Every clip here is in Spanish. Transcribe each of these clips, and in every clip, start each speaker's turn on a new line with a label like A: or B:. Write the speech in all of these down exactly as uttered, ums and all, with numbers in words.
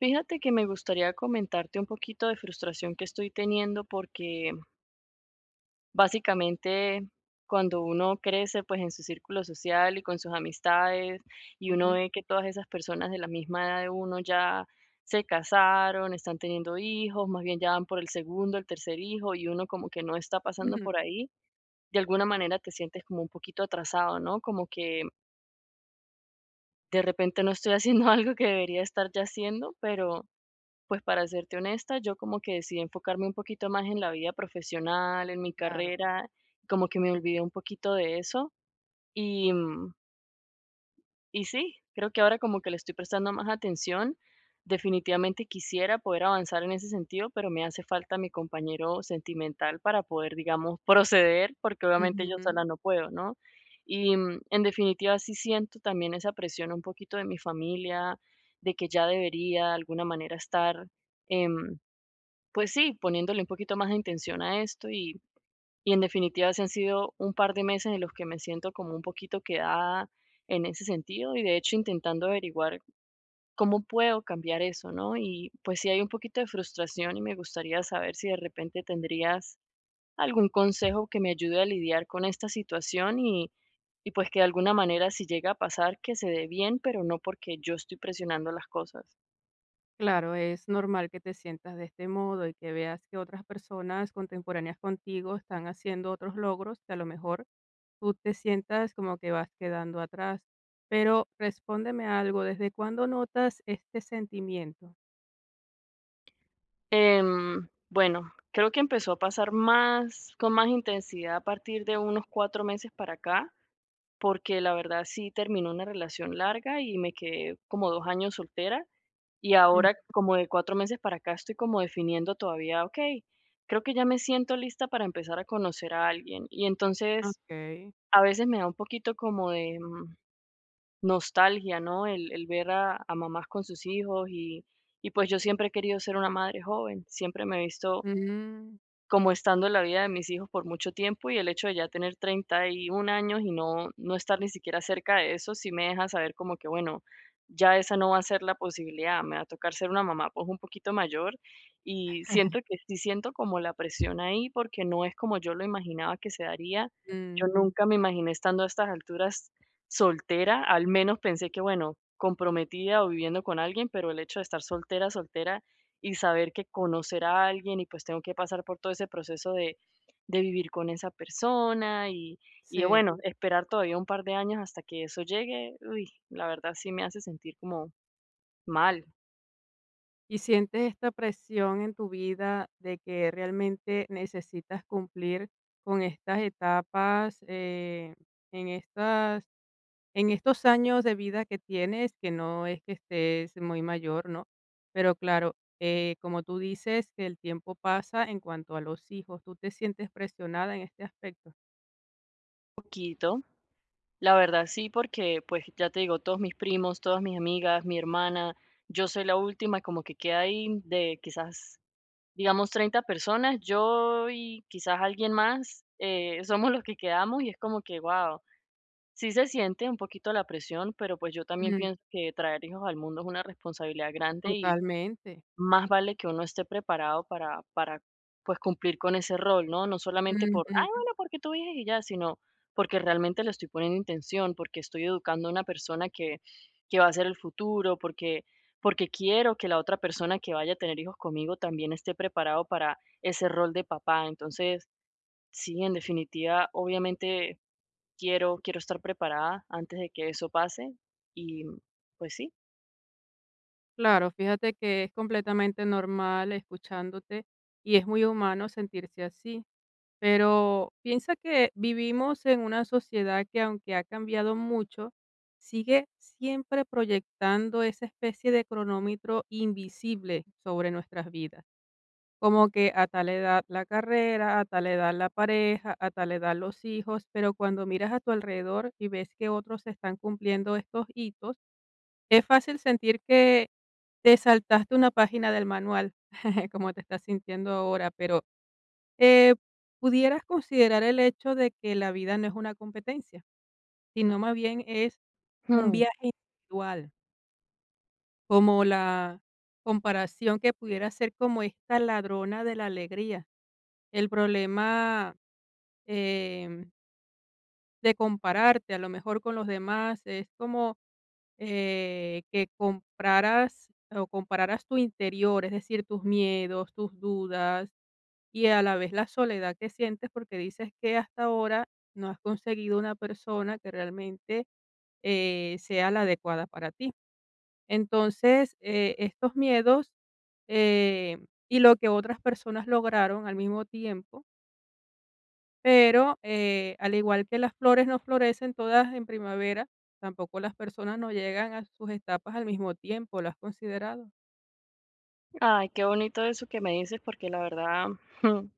A: Fíjate que me gustaría comentarte un poquito de frustración que estoy teniendo porque básicamente cuando uno crece pues en su círculo social y con sus amistades y uno
B: Ujú,
A: ve que todas esas personas de la misma edad de uno ya se casaron, están teniendo hijos, más bien ya van por el segundo, el tercer hijo y uno como que no está pasando
B: ujú,
A: por ahí, de alguna manera te sientes como un poquito atrasado, ¿no? Como que de repente no estoy haciendo algo que debería estar ya haciendo, pero pues para serte honesta, yo como que decidí enfocarme un poquito más en la vida profesional, en mi
B: claro,
A: carrera, como que me olvidé un poquito de eso. Y, mm, y sí, creo que ahora como que le estoy prestando más atención. Definitivamente quisiera poder avanzar en ese sentido, pero me hace falta mi compañero sentimental para poder, digamos, proceder, porque obviamente yo sola
B: ujú.
A: no puedo, ¿no? Y mm, en definitiva sí siento también esa presión un poquito de mi familia, de que ya debería de alguna manera estar, em, pues sí, poniéndole un poquito más de intención a esto y, y en definitiva se han sido un par de meses en los que me siento como un poquito quedada en ese sentido y de hecho intentando averiguar cómo puedo cambiar eso, ¿no? Y pues sí hay un poquito de frustración y me gustaría saber si de repente tendrías algún consejo que me ayude a lidiar con esta situación y, y pues que de alguna manera si llega a pasar que se dé bien, pero no porque yo estoy presionando las cosas.
B: Claro, es normal que te sientas de este modo y que veas que otras personas contemporáneas contigo están haciendo otros logros que a lo mejor tú te sientas como que vas quedando atrás. Pero respóndeme algo, ¿desde cuándo notas este sentimiento?
A: Em, bueno, creo que empezó a pasar más, con más intensidad a partir de unos cuatro meses para acá, porque la verdad sí terminó una relación larga y me quedé como dos años soltera y
B: Mm,
A: ahora como de cuatro meses para acá estoy como definiendo todavía, ok, creo que ya me siento lista para empezar a conocer a alguien y entonces
B: okey.
A: a veces me da un poquito como de mm, nostalgia, ¿no? El, el ver a, a mamás con sus hijos y, y pues yo siempre he querido ser una madre joven, siempre me he visto
B: Mm,
A: como estando en la vida de mis hijos por mucho tiempo y el hecho de ya tener treinta y un años y no, no estar ni siquiera cerca de eso, sí me deja saber como que, bueno, ya esa no va a ser la posibilidad, me va a tocar ser una mamá pues un poquito mayor y siento que sí siento como la presión ahí porque no es como yo lo imaginaba que se daría. Yo
B: mm,
A: nunca me imaginé estando a estas alturas soltera, al menos pensé que, bueno, comprometida o viviendo con alguien, pero el hecho de estar soltera, soltera y saber que conocer a alguien y pues tengo que pasar por todo ese proceso de, de vivir con esa persona y, y
B: sí.
A: bueno, esperar todavía un par de años hasta que eso llegue, uy, la verdad sí me hace sentir como mal,
B: ¿Y sientes esta presión en tu vida de que realmente necesitas cumplir con estas etapas, eh, en estas, en estos años de vida que tienes, que no es que estés muy mayor, ¿no? Pero claro, eh, como tú dices, que el tiempo pasa en cuanto a los hijos, ¿tú te sientes presionada en este aspecto?
A: un poquito. La verdad sí, porque pues ya te digo, todos mis primos, todas mis amigas, mi hermana, yo soy la última, como que queda ahí de quizás, digamos, treinta personas, yo y quizás alguien más, eh, somos los que quedamos y es como que, wow, sí se siente un poquito la presión, pero pues yo también
B: Mm,
A: pienso que traer hijos al mundo es una responsabilidad grande,
B: totalmente.
A: más vale que uno esté preparado para para, pues, cumplir con ese rol, ¿no? No solamente por: "Ay, bueno, porque tú dices y ya", sino porque realmente le estoy poniendo intención, porque estoy educando a una persona que que va a ser el futuro, porque porque quiero que la otra persona que vaya a tener hijos conmigo también esté preparado para ese rol de papá. Entonces, sí, en definitiva, obviamente quiero quiero estar preparada antes de que eso pase y, pues sí.
B: Claro, fíjate que es completamente normal escuchándote y es muy humano sentirse así. Pero piensa que vivimos en una sociedad que aunque ha cambiado mucho, sigue siempre proyectando esa especie de cronómetro invisible sobre nuestras vidas. Como que a tal edad la carrera, a tal edad la pareja, a tal edad los hijos, pero cuando miras a tu alrededor y ves que otros están cumpliendo estos hitos, es fácil sentir que te saltaste una página del manual, como te estás sintiendo ahora, pero, eh, ¿pudieras considerar el hecho de que la vida no es una competencia, sino más bien es un viaje individual? Como la comparación que pudiera ser como esta ladrona de la alegría. El problema, em, de compararte a lo mejor con los demás es como eh, que compraras o compararas tu interior, es decir, tus miedos, tus dudas y a la vez la soledad que sientes porque dices que hasta ahora no has conseguido una persona que realmente eh, sea la adecuada para ti. Entonces, eh, estos miedos eh, y lo que otras personas lograron al mismo tiempo, pero, eh, al igual que las flores no florecen todas en primavera, tampoco las personas no llegan a sus etapas al mismo tiempo, ¿lo has considerado?
A: Ay, qué bonito eso que me dices, porque la verdad,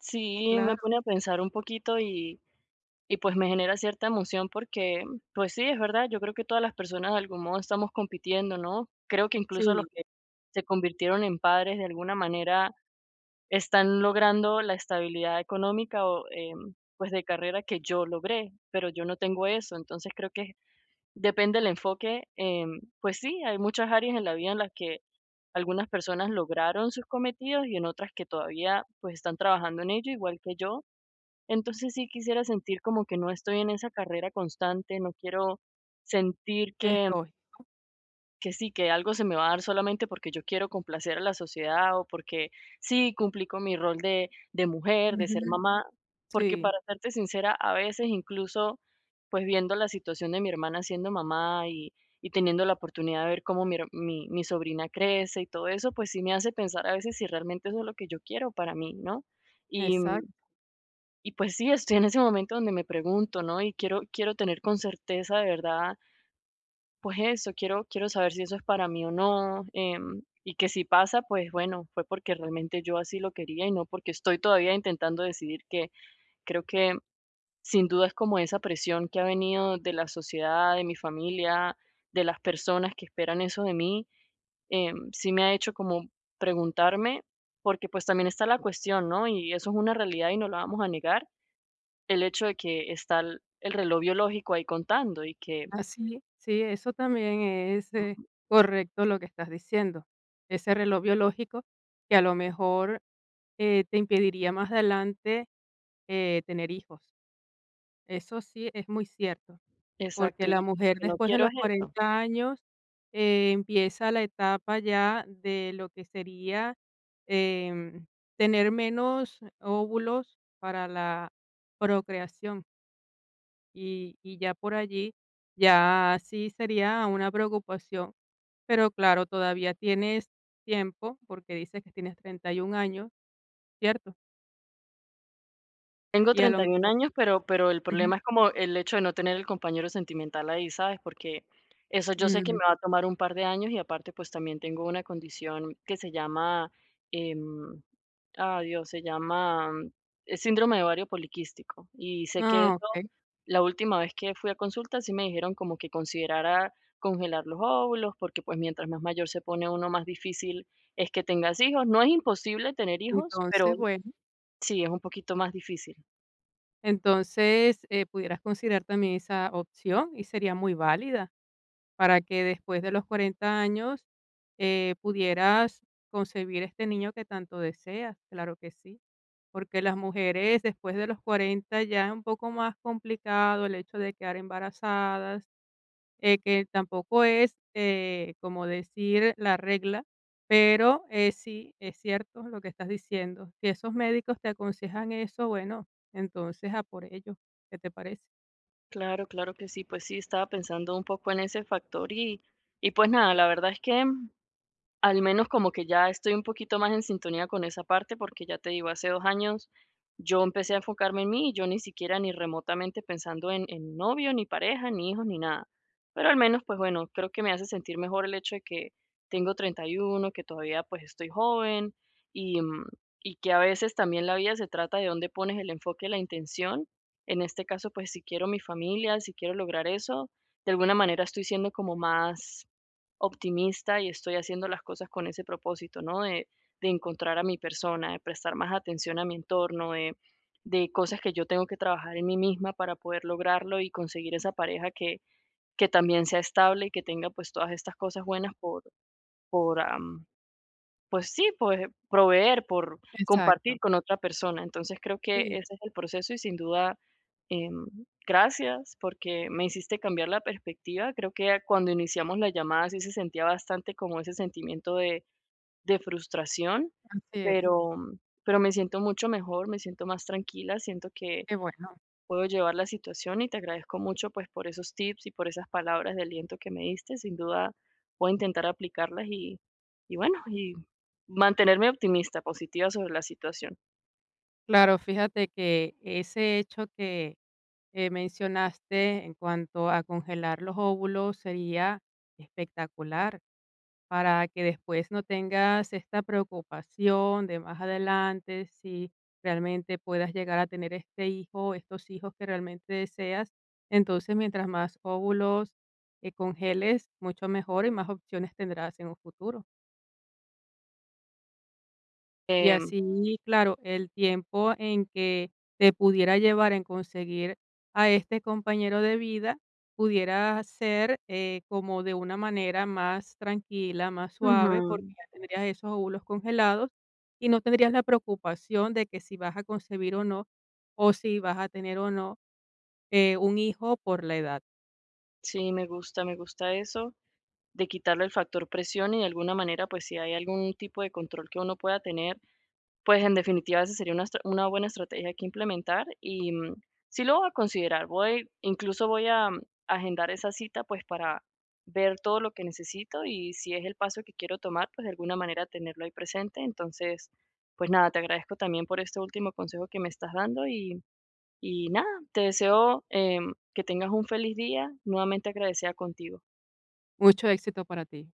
A: sí me
B: Claro.
A: pone a pensar un poquito y, y pues me genera cierta emoción porque, pues sí, es verdad, yo creo que todas las personas de algún modo estamos compitiendo, ¿no? Creo que incluso los
B: Sí,
A: que se convirtieron en padres de alguna manera están logrando la estabilidad económica o em, pues de carrera que yo logré, pero yo no tengo eso, entonces creo que depende del enfoque. Em, pues sí, hay muchas áreas en la vida en las que algunas personas lograron sus cometidos y en otras que todavía pues están trabajando en ello, igual que yo. Entonces sí quisiera sentir como que no estoy en esa carrera constante, no quiero sentir
B: es
A: que
B: lógico.
A: que sí, que algo se me va a dar solamente porque yo quiero complacer a la sociedad o porque sí, cumplí con mi rol de, de mujer, de ser
B: Ujú.
A: mamá, porque
B: Sí,
A: para serte sincera, a veces incluso, pues viendo la situación de mi hermana siendo mamá y, y teniendo la oportunidad de ver cómo mi, her- mi, mi sobrina crece y todo eso, pues sí me hace pensar a veces si realmente eso es lo que yo quiero para mí, ¿no? Y,
B: exacto.
A: y pues sí, estoy en ese momento donde me pregunto, ¿no? Y quiero, quiero tener con certeza de verdad pues eso, quiero quiero saber si eso es para mí o no, em, y que si pasa, pues bueno, fue porque realmente yo así lo quería y no porque estoy todavía intentando decidir que creo que sin duda es como esa presión que ha venido de la sociedad, de mi familia, de las personas que esperan eso de mí, em, sí me ha hecho como preguntarme, porque pues también está la cuestión, ¿no? Y eso es una realidad y no la vamos a negar, el hecho de que está el el reloj biológico ahí contando y que
B: Así, sí, eso también es, eh, correcto lo que estás diciendo. Ese reloj biológico que a lo mejor, eh, te impediría más adelante, eh, tener hijos. Eso sí es muy cierto. Porque
A: exacto, y
B: la
A: lo
B: mujer
A: que no
B: después de
A: quiero
B: los
A: es eso.
B: cuarenta años, eh, empieza la etapa ya de lo que sería, em, tener menos óvulos para la procreación, y y ya por allí, ya sí sería una preocupación. Pero claro, todavía tienes tiempo, porque dices que tienes treinta y un años, ¿cierto?
A: Tengo
B: Y a lo
A: treinta y un
B: mejor
A: años, pero pero el
B: ujú,
A: problema es como el hecho de no tener el compañero sentimental ahí, ¿sabes? Porque eso yo sé que
B: ujú.
A: me va a tomar un par de años y aparte, pues también tengo una condición que se llama, em, ah, Dios, se llama, mm, eh, síndrome de ovario poliquístico. Y sé que
B: Ah,
A: eso,
B: okey.
A: la última vez que fui a consulta sí me dijeron como que considerara congelar los óvulos, porque pues mientras más mayor se pone uno, más difícil es que tengas hijos. No es imposible tener hijos, pero
B: Entonces, bueno.
A: sí, es un poquito más difícil.
B: Entonces, eh, pudieras considerar también esa opción y sería muy válida para que después de los cuarenta años eh, pudieras concebir este niño que tanto deseas, claro que sí, porque las mujeres después de los cuarenta ya es un poco más complicado el hecho de quedar embarazadas, eh, que tampoco es, eh, como decir la regla, pero, eh, sí, es cierto lo que estás diciendo. Si esos médicos te aconsejan eso, bueno, entonces a por ello, ¿qué te parece?
A: Claro, claro que sí, pues sí, estaba pensando un poco en ese factor y, y pues nada, la verdad es que al menos como que ya estoy un poquito más en sintonía con esa parte, porque ya te digo, hace dos años yo empecé a enfocarme en mí y yo ni siquiera ni remotamente pensando en en novio, ni pareja, ni hijos, ni nada. Pero al menos, pues bueno, creo que me hace sentir mejor el hecho de que tengo treinta y uno, que todavía, pues, estoy joven y, mm, y que a veces también la vida se trata de dónde pones el enfoque, la intención. En este caso, pues, si quiero mi familia, si quiero lograr eso, de alguna manera estoy siendo como más optimista y estoy haciendo las cosas con ese propósito, ¿no? De, de encontrar a mi persona, de prestar más atención a mi entorno, de, de cosas que yo tengo que trabajar en mí misma para poder lograrlo y conseguir esa pareja que, que también sea estable y que tenga pues todas estas cosas buenas por, por, am, pues sí, pues proveer por
B: Exacto,
A: compartir con otra persona. Entonces creo que
B: sí,
A: ese es el proceso y sin duda, em, gracias porque me hiciste cambiar la perspectiva. Creo que cuando iniciamos la llamada sí se sentía bastante como ese sentimiento de, de frustración,
B: así es.
A: pero, pero me siento mucho mejor, me siento más tranquila, siento que
B: Qué bueno.
A: puedo llevar la situación y te agradezco mucho pues por esos tips y por esas palabras de aliento que me diste. Sin duda voy a intentar aplicarlas y, y bueno, y mantenerme optimista, positiva sobre la situación.
B: Claro, fíjate que ese hecho que, eh, mencionaste en cuanto a congelar los óvulos sería espectacular. Para que después no tengas esta preocupación de más adelante, si realmente puedas llegar a tener este hijo, estos hijos que realmente deseas. Entonces, mientras más óvulos, eh, congeles, mucho mejor y más opciones tendrás en un futuro. Y
A: Em,
B: así, claro, el tiempo en que te pudiera llevar en conseguir a este compañero de vida pudiera ser eh, como de una manera más tranquila, más suave, porque
A: ujú,
B: ya tendrías esos óvulos congelados y no tendrías la preocupación de que si vas a concebir o no, o si vas a tener o no eh, un hijo por la edad.
A: sí, me gusta, me gusta eso, de quitarle el factor presión y de alguna manera pues si hay algún tipo de control que uno pueda tener, pues, en definitiva, esa sería una estra una buena estrategia que implementar y, mm, sí lo voy a considerar. Voy, incluso voy a mm, agendar esa cita, pues, para ver todo lo que necesito y si es el paso que quiero tomar, pues, de alguna manera tenerlo ahí presente. Entonces, pues nada, te agradezco también por este último consejo que me estás dando y y nada, te deseo, em, que tengas un feliz día. Nuevamente agradecida contigo.
B: Mucho éxito para ti.